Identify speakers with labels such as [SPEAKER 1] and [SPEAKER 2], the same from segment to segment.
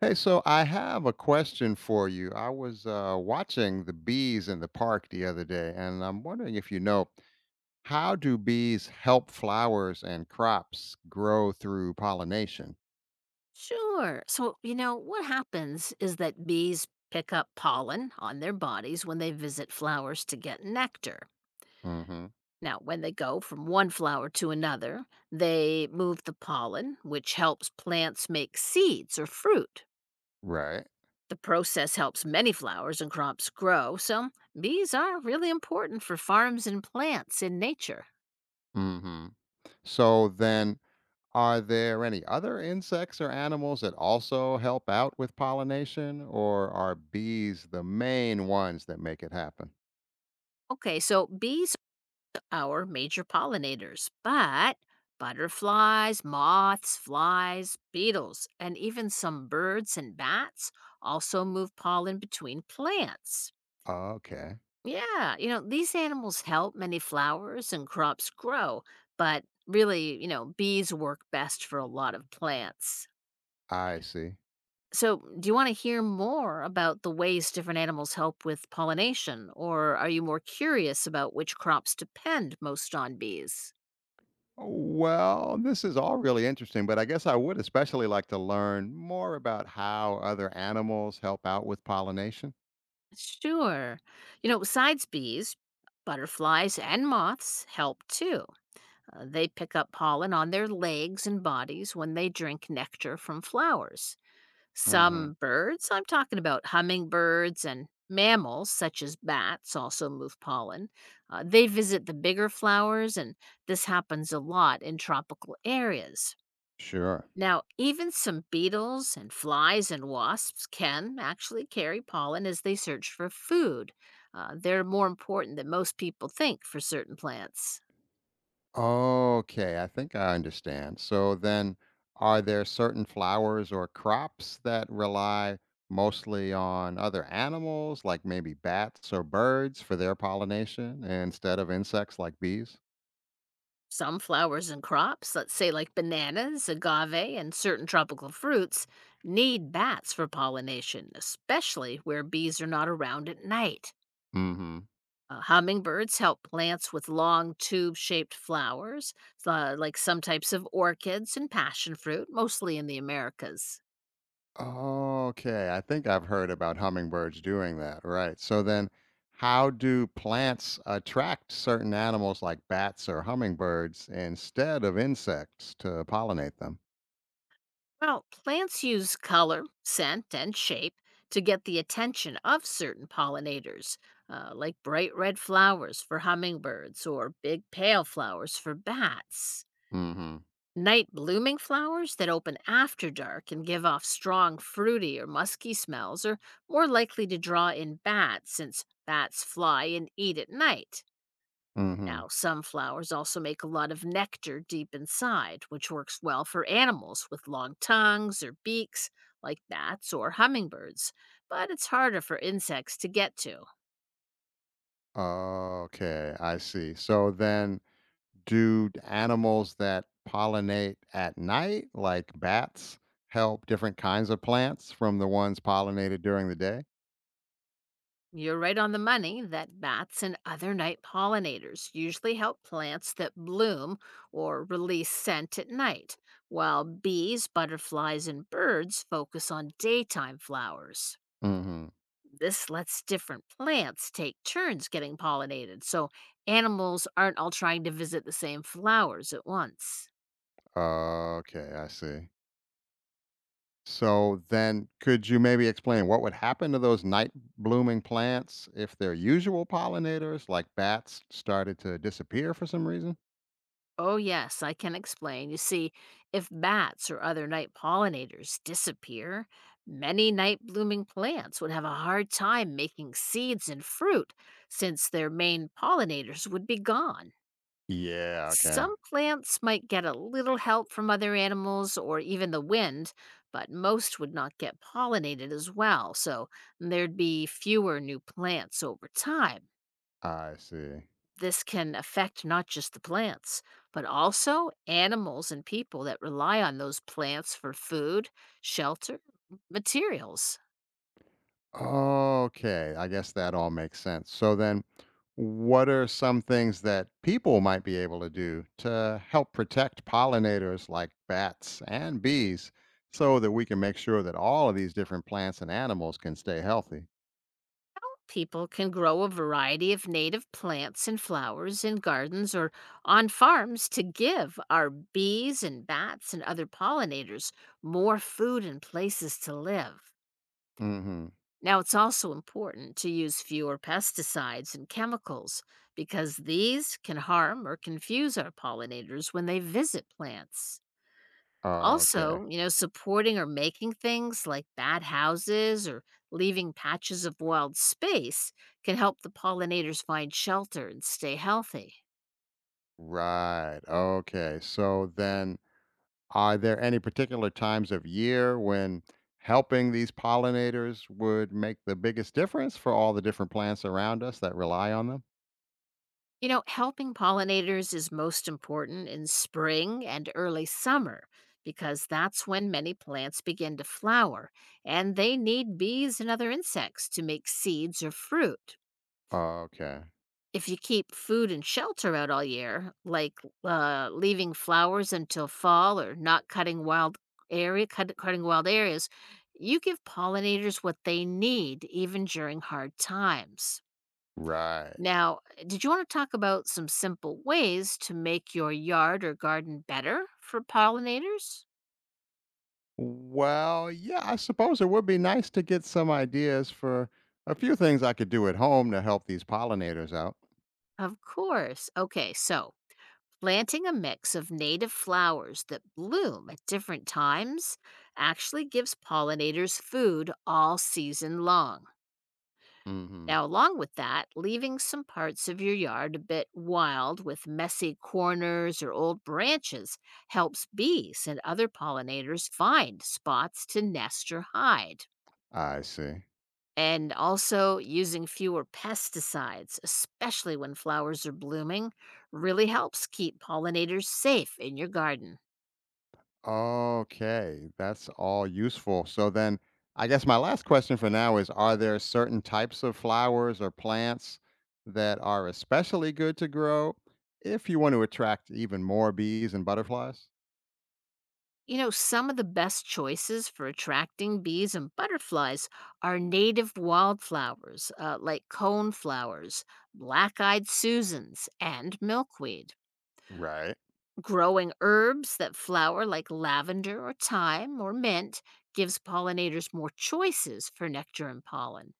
[SPEAKER 1] Hey, so I have a question for you. I was watching the bees in the park the other day, and I'm wondering if you know, how do bees help flowers and crops grow through pollination?
[SPEAKER 2] Sure. What happens is that bees pick up pollen on their bodies when they visit flowers to get nectar.
[SPEAKER 1] Hmm.
[SPEAKER 2] Now, when they go from one flower to another, they move the pollen, which helps plants make seeds or fruit.
[SPEAKER 1] Right.
[SPEAKER 2] The process helps many flowers and crops grow, so bees are really important for farms and plants in nature.
[SPEAKER 1] Hmm. So then, are there any other insects or animals that also help out with pollination, or are bees the main ones that make it happen?
[SPEAKER 2] Okay, so bees our major pollinators, but butterflies, moths, flies, beetles, and even some birds and bats also move pollen between plants.
[SPEAKER 1] Okay,
[SPEAKER 2] Yeah, these animals help many flowers and crops grow, but really, bees work best for a lot of plants.
[SPEAKER 1] I see.
[SPEAKER 2] So, do you want to hear more about the ways different animals help with pollination, or are you more curious about which crops depend most on bees?
[SPEAKER 1] Well, this is all really interesting, but I guess I would especially like to learn more about how other animals help out with pollination.
[SPEAKER 2] Sure. You know, besides bees, butterflies and moths help too. They pick up pollen on their legs and bodies when they drink nectar from flowers.
[SPEAKER 1] Hmm.
[SPEAKER 2] Some birds, I'm talking about hummingbirds and mammals such as bats, also move pollen. They visit the bigger flowers, and this happens a lot in tropical areas.
[SPEAKER 1] Sure.
[SPEAKER 2] Now, even some beetles and flies and wasps can actually carry pollen as they search for food. They're more important than most people think for certain plants.
[SPEAKER 1] Okay, I think I understand. So then, are there certain flowers or crops that rely mostly on other animals, like maybe bats or birds, for their pollination instead of insects like bees?
[SPEAKER 2] Some flowers and crops, let's say like bananas, agave, and certain tropical fruits, need bats for pollination, especially where bees are not around at night. Hummingbirds help plants with long tube shaped flowers, like some types of orchids and passion fruit, mostly in the Americas.
[SPEAKER 1] Okay, I think I've heard about hummingbirds doing that. Right. So then, how do plants attract certain animals like bats or hummingbirds instead of insects to pollinate them?
[SPEAKER 2] Well, plants use color, scent, and shape to get the attention of certain pollinators, like bright red flowers for hummingbirds or big pale flowers for bats.
[SPEAKER 1] Mm hmm.
[SPEAKER 2] Night blooming flowers that open after dark and give off strong fruity or musky smells are more likely to draw in bats since bats fly and eat at night.
[SPEAKER 1] Mm hmm.
[SPEAKER 2] Now, some flowers also make a lot of nectar deep inside, which works well for animals with long tongues or beaks, like gnats or hummingbirds, but it's harder for insects to get to.
[SPEAKER 1] Okay, I see. So then, do animals that pollinate at night, like bats, help different kinds of plants from the ones pollinated during the day?
[SPEAKER 2] You're right on the money that bats and other night pollinators usually help plants that bloom or release scent at night, while bees, butterflies, and birds focus on daytime flowers.
[SPEAKER 1] Mm hmm.
[SPEAKER 2] This lets different plants take turns getting pollinated, so animals aren't all trying to visit the same flowers at once.
[SPEAKER 1] Okay, I see. So then, could you maybe explain what would happen to those night blooming plants if their usual pollinators like bats started to disappear for some reason?
[SPEAKER 2] Oh, yes, I can explain. You see, if bats or other night pollinators disappear, many night blooming plants would have a hard time making seeds and fruit since their main pollinators would be gone.
[SPEAKER 1] Yeah, okay.
[SPEAKER 2] Some plants might get a little help from other animals or even the wind, but most would not get pollinated as well, so there'd be fewer new plants over time.
[SPEAKER 1] I see.
[SPEAKER 2] This can affect not just the plants, but also animals and people that rely on those plants for food, shelter, materials.
[SPEAKER 1] Okay, I guess that all makes sense. So then, what are some things that people might be able to do to help protect pollinators like bats and bees, so that we can make sure that all of these different plants and animals can stay healthy?
[SPEAKER 2] People can grow a variety of native plants and flowers in gardens or on farms to give our bees and bats and other pollinators more food and places to live.
[SPEAKER 1] Mhm.
[SPEAKER 2] Now, it's also important to use fewer pesticides and chemicals because these can harm or confuse our pollinators when they visit plants.
[SPEAKER 1] Okay.
[SPEAKER 2] Also, supporting or making things like bad houses or leaving patches of wild space can help the pollinators find shelter and stay healthy.
[SPEAKER 1] Right. Okay. So then, are there any particular times of year when helping these pollinators would make the biggest difference for all the different plants around us that rely on them?
[SPEAKER 2] You know, helping pollinators is most important in spring and early summer because that's when many plants begin to flower and they need bees and other insects to make seeds or fruit.
[SPEAKER 1] Okay.
[SPEAKER 2] If you keep food and shelter out all year, leaving flowers until fall or not cutting wild area cut cutting wild areas, you give pollinators what they need even during hard times.
[SPEAKER 1] Right.
[SPEAKER 2] Now, did you wanna talk about some simple ways to make your yard or garden better for pollinators?
[SPEAKER 1] Well, yeah, I suppose it would be nice to get some ideas for a few things I could do at home to help these pollinators out.
[SPEAKER 2] Of course. Okay, so planting a mix of native flowers that bloom at different times actually gives pollinators food all season long.
[SPEAKER 1] Hmm.
[SPEAKER 2] Now, along with that, leaving some parts of your yard a bit wild with messy corners or old branches helps bees and other pollinators find spots to nest or hide.
[SPEAKER 1] I see.
[SPEAKER 2] And also, using fewer pesticides, especially when flowers are blooming, really helps keep pollinators safe in your garden.
[SPEAKER 1] Okay, that's all useful. So then, I guess my last question for now is, are there certain types of flowers or plants that are especially good to grow if you want to attract even more bees and butterflies?
[SPEAKER 2] You know, some of the best choices for attracting bees and butterflies are native wildflowers like coneflowers, black eyed Susans, and milkweed.
[SPEAKER 1] Right,
[SPEAKER 2] Growing herbs that flower like lavender or thyme or mint gives pollinators more choices for nectar and pollen.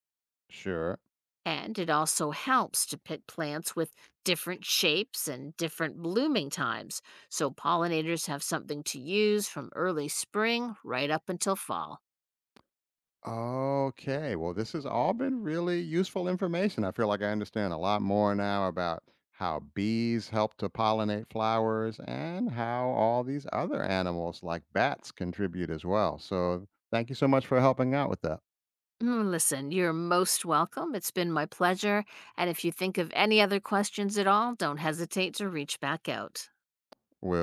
[SPEAKER 1] sure.
[SPEAKER 2] And it also helps to pick plants with different shapes and different blooming times so pollinators have something to use from early spring right up until fall.
[SPEAKER 1] Okay. Well, this has all been really useful information. I feel like I understand a lot more now about how bees help to pollinate flowers and how all these other animals like bats contribute as well. So, thank you so much for helping out with that.
[SPEAKER 2] Mm, listen, you're most welcome. It's been my pleasure. And if you think of any other questions at all, don't hesitate to reach back out.
[SPEAKER 1] We'll